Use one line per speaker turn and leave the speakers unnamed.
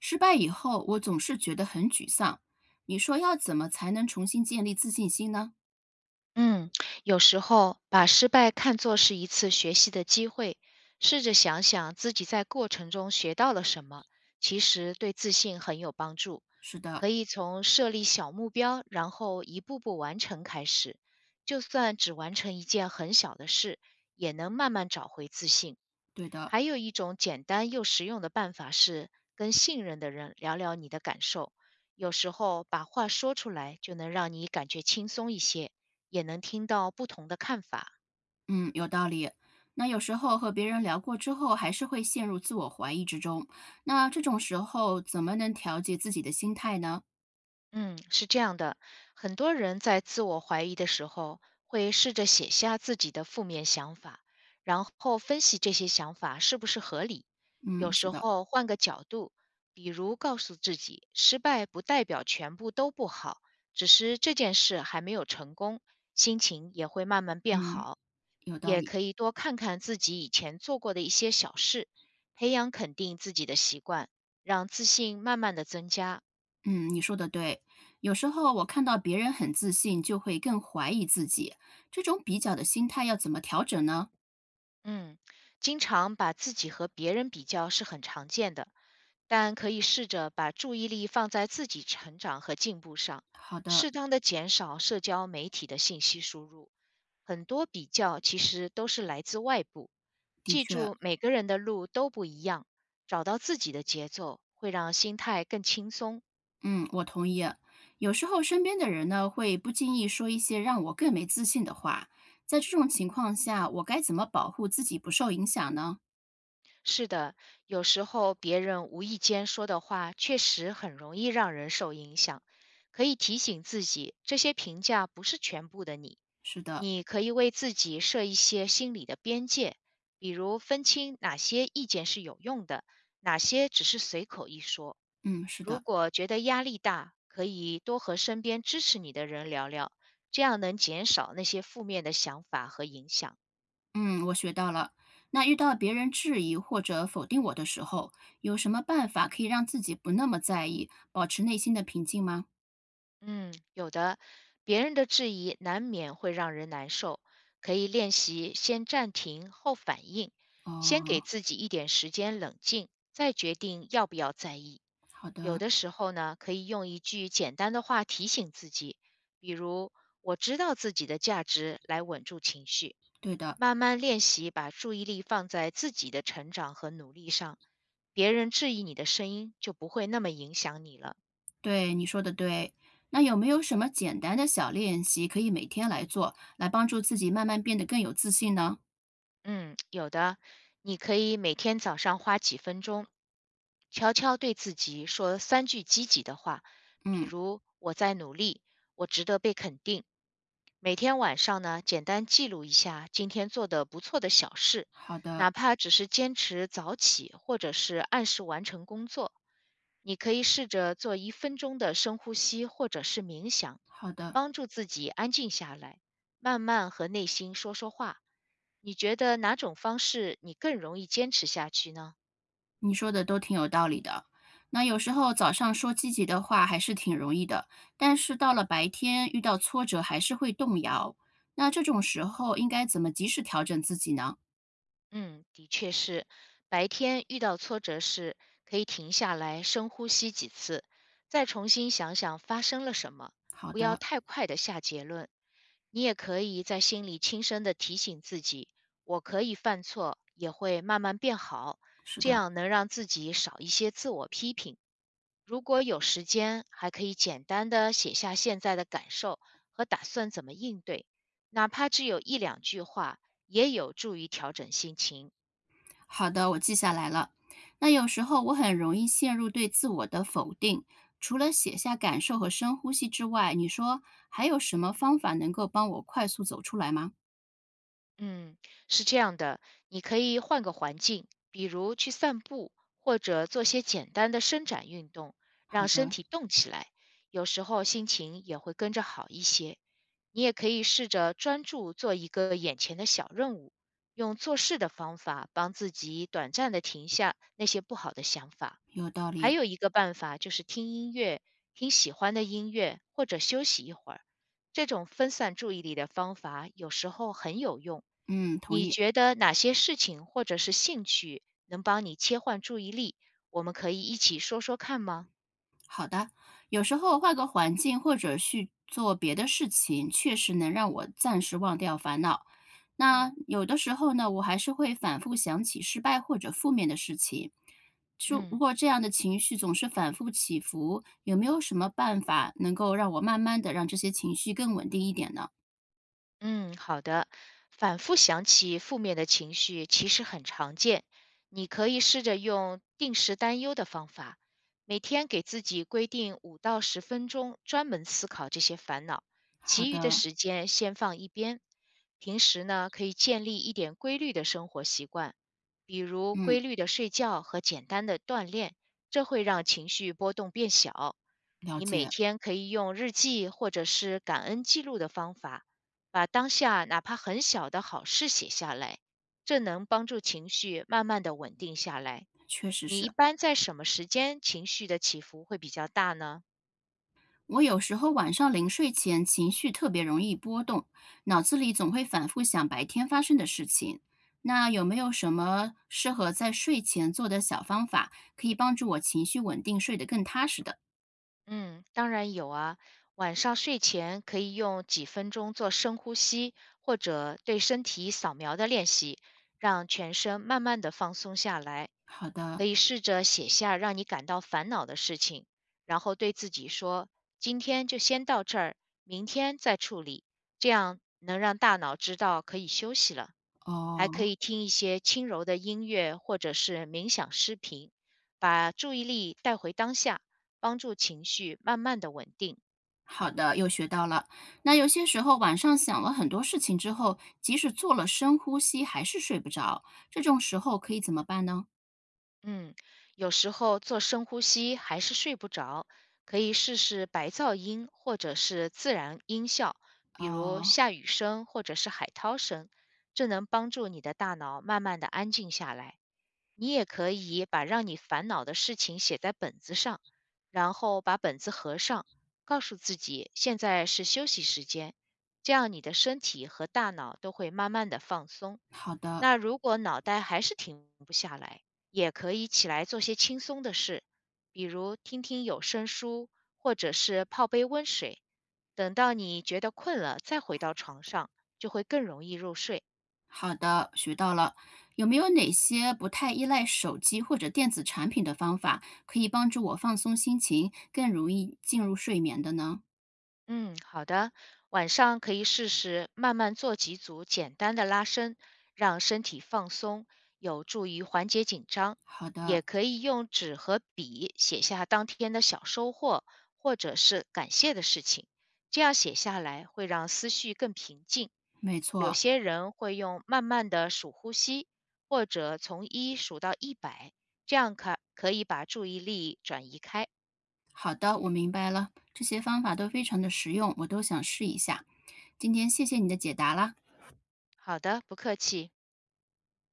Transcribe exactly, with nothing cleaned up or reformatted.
失败以后，我总是觉得很沮丧。你说要怎么才能重新建立自信心呢？
嗯，有时候把失败看作是一次学习的机会，试着想想自己在过程中学到了什么，其实对自信很有帮助。
是的，
可以从设立小目标，然后一步步完成开始，就算只完成一件很小的事，也能慢慢找回自信。
对的，
还有一种简单又实用的办法是跟信任的人聊聊你的感受，有时候把话说出来就能让你感觉轻松一些。也能听到不同的看法。
嗯，有道理。那有时候和别人聊过之后，还是会陷入自我怀疑之中。那这种时候，怎么能调节自己的心态呢？
嗯，是这样的，很多人在自我怀疑的时候，会试着写下自己的负面想法，然后分析这些想法是不是合理。有
嗯，是
时
的，
候换个角度，比如告诉自己，失败不代表全部都不好，只是这件事还没有成功，心情也会慢慢变
嗯，
好。
有道
也
理。
可以多看看自己以前做过的一些小事，培养肯定自己的习惯，让自信慢慢的增加。
嗯，你说的对。有时候我看到别人很自信，就会更怀疑自己。这种比较的心态要怎么调整呢？
嗯，经常把自己和别人比较是很常见的，但可以试着把注意力放在自己成长和进步上，
好的，
适当的减少社交媒体的信息输入。很多比较其实都是来自外部。
的
记
确，
住，每个人的路都不一样，找到自己的节奏，会让心态更轻松。
嗯，我同意。有时候身边的人呢，会不经意说一些让我更没自信的话，在这种情况下，我该怎么保护自己不受影响呢？
是的，有时候别人无意间说的话，确实很容易让人受影响。可以提醒自己，这些评价不是全部的你。
是的，
你可以为自己设一些心理的边界，比如分清哪些意见是有用的，哪些只是随口一说。
嗯，是
如
的，
果觉得压力大，可以多和身边支持你的人聊聊，这样能减少那些负面的想法和影响。
嗯，我学到了。那遇到别人质疑或者否定我的时候，有什么办法可以让自己不那么在意，保持内心的平静吗？
嗯，有的，别人的质疑难免会让人难受，可以练习先暂停后反应，先给
哦，
自己一点时间冷静，再决定要不要在意。
好
有
的，
的时候呢，可以用一句简单的话提醒自己，比如“我知道自己的价值”来稳住情绪。
对的，
慢慢练习把注意力放在自己的成长和努力上，别人质疑你的声音就不会那么影响你了。
对，你说的对。那有没有什么简单的小练习可以每天来做，来帮助自己慢慢变得更有自信呢？
嗯，有的，你可以每天早上花几分钟，悄悄对自己说三句积极的话，比
嗯。
如“我在努力”，“我值得被肯定”。每天晚上呢，简单记录一下今天做的不错的小事，
好的，
哪怕只是坚持早起，或者是按时完成工作。你可以试着做一分钟的深呼吸，或者是冥想，
好的，
帮助自己安静下来，慢慢和内心说说话。你觉得哪种方式你更容易坚持下去呢？
你说的都挺有道理的。那有时候早上说积极的话还是挺容易的，但是到了白天遇到挫折还是会动摇。那这种时候应该怎么及时调整自己呢？
嗯，的确是，白天遇到挫折时，可以停下来深呼吸几次，再重新想想发生了什么，
好
不要
的，
太快的下结论。你也可以在心里轻声的提醒自己：“我可以犯错，也会慢慢变好。”
是
这
的，
样能让自己少一些自我批评。如果有时间，还可以简单的写下现在的感受和打算怎么应对，哪怕只有一两句话，也有助于调整心情。
好的，我记下来了。那有时候我很容易陷入对自我的否定，除了写下感受和深呼吸之外，你说还有什么方法能够帮我快速走出来吗？
嗯，是这样的，你可以换个环境，比如去散步，或者做些简单的伸展运动，
好
让身
的，
体动起来，有时候心情也会跟着好一些。你也可以试着专注做一个眼前的小任务，用做事的方法帮自己短暂的停下那些不好的想法。
有道
还
理，
有一个办法就是听音乐，听喜欢的音乐，或者休息一会儿。这种分散注意力的方法有时候很有用。
嗯，同
你
意。
觉得哪些事情或者是兴趣能帮你切换注意力？我们可以一起说说看吗？
好的，有时候换个环境或者去做别的事情，确实能让我暂时忘掉烦恼。那
嗯。
有的时候呢，我还是会反复想起失败或者负面的事情。就如
嗯。
果这样的情绪总是反复起伏，有没有什么办法能够让我慢慢的让这些情绪更稳定一点呢？
嗯，好的。反复想起负面的情绪其实很常见，你可以试着用定时担忧的方法，每天给自己规定五到十分钟专门思考这些烦恼，
好
其余的
的，
时间先放一边。平时呢，可以建立一点规律的生活习惯，比如
嗯，
规律的睡觉和简单的锻炼，这会让情绪波动变小。
了
你每
解，
天可以用日记或者是感恩记录的方法，把当下哪怕很小的好事写下来，这能帮助情绪慢慢的稳定下来。
确实
你一
是。
般在什么时间情绪的起伏会比较大呢？
我有时候晚上临睡前情绪特别容易波动，脑子里总会反复想白天发生的事情。那有没有什么适合在睡前做的小方法，可以帮助我情绪稳定，睡得更踏实的？
嗯，当然有啊。晚上睡前可以用几分钟做深呼吸，或者对身体扫描的练习，让全身慢慢的放松下来。
好的，
可以试着写下让你感到烦恼的事情，然后对自己说：“今天就先到这儿，明天再处理。”这样能让大脑知道可以休息了。还可
哦，
以听一些轻柔的音乐或者是冥想视频，把注意力带回当下，帮助情绪慢慢的稳定。
好的，又学到了。那有些时候晚上想了很多事情之后，即使做了深呼吸，还是睡不着，这种时候可以怎么办呢？
嗯，有时候做深呼吸还是睡不着，可以试试白噪音或者是自然音效，比如
哦，
下雨声或者是海涛声，这能帮助你的大脑慢慢的安静下来。你也可以把让你烦恼的事情写在本子上，然后把本子合上，告诉自己现在是休息时间，这样你的身体和大脑都会慢慢的放松。
好的，
那如果脑袋还是停不下来，也可以起来做些轻松的事，比如听听有声书，或者是泡杯温水。等到你觉得困了，再回到床上，就会更容易入睡。
好的，学到了。有没有哪些不太依赖手机或者电子产品的方法，可以帮助我放松心情，更容易进入睡眠的呢？
嗯，好的。晚上可以试试慢慢做几组简单的拉伸，让身体放松，有助于缓解紧张。
好
也
的，
可以用纸和笔写下当天的小收获，或者是感谢的事情。这样写下来会让思绪更平静。
没
有
错。
些人会用慢慢的数呼吸，或者从一数到一百，这样可可以把注意力转移开。
好的，我明白了，这些方法都非常的实用，我都想试一下。今天谢谢你的解答啦。
好的，不客气。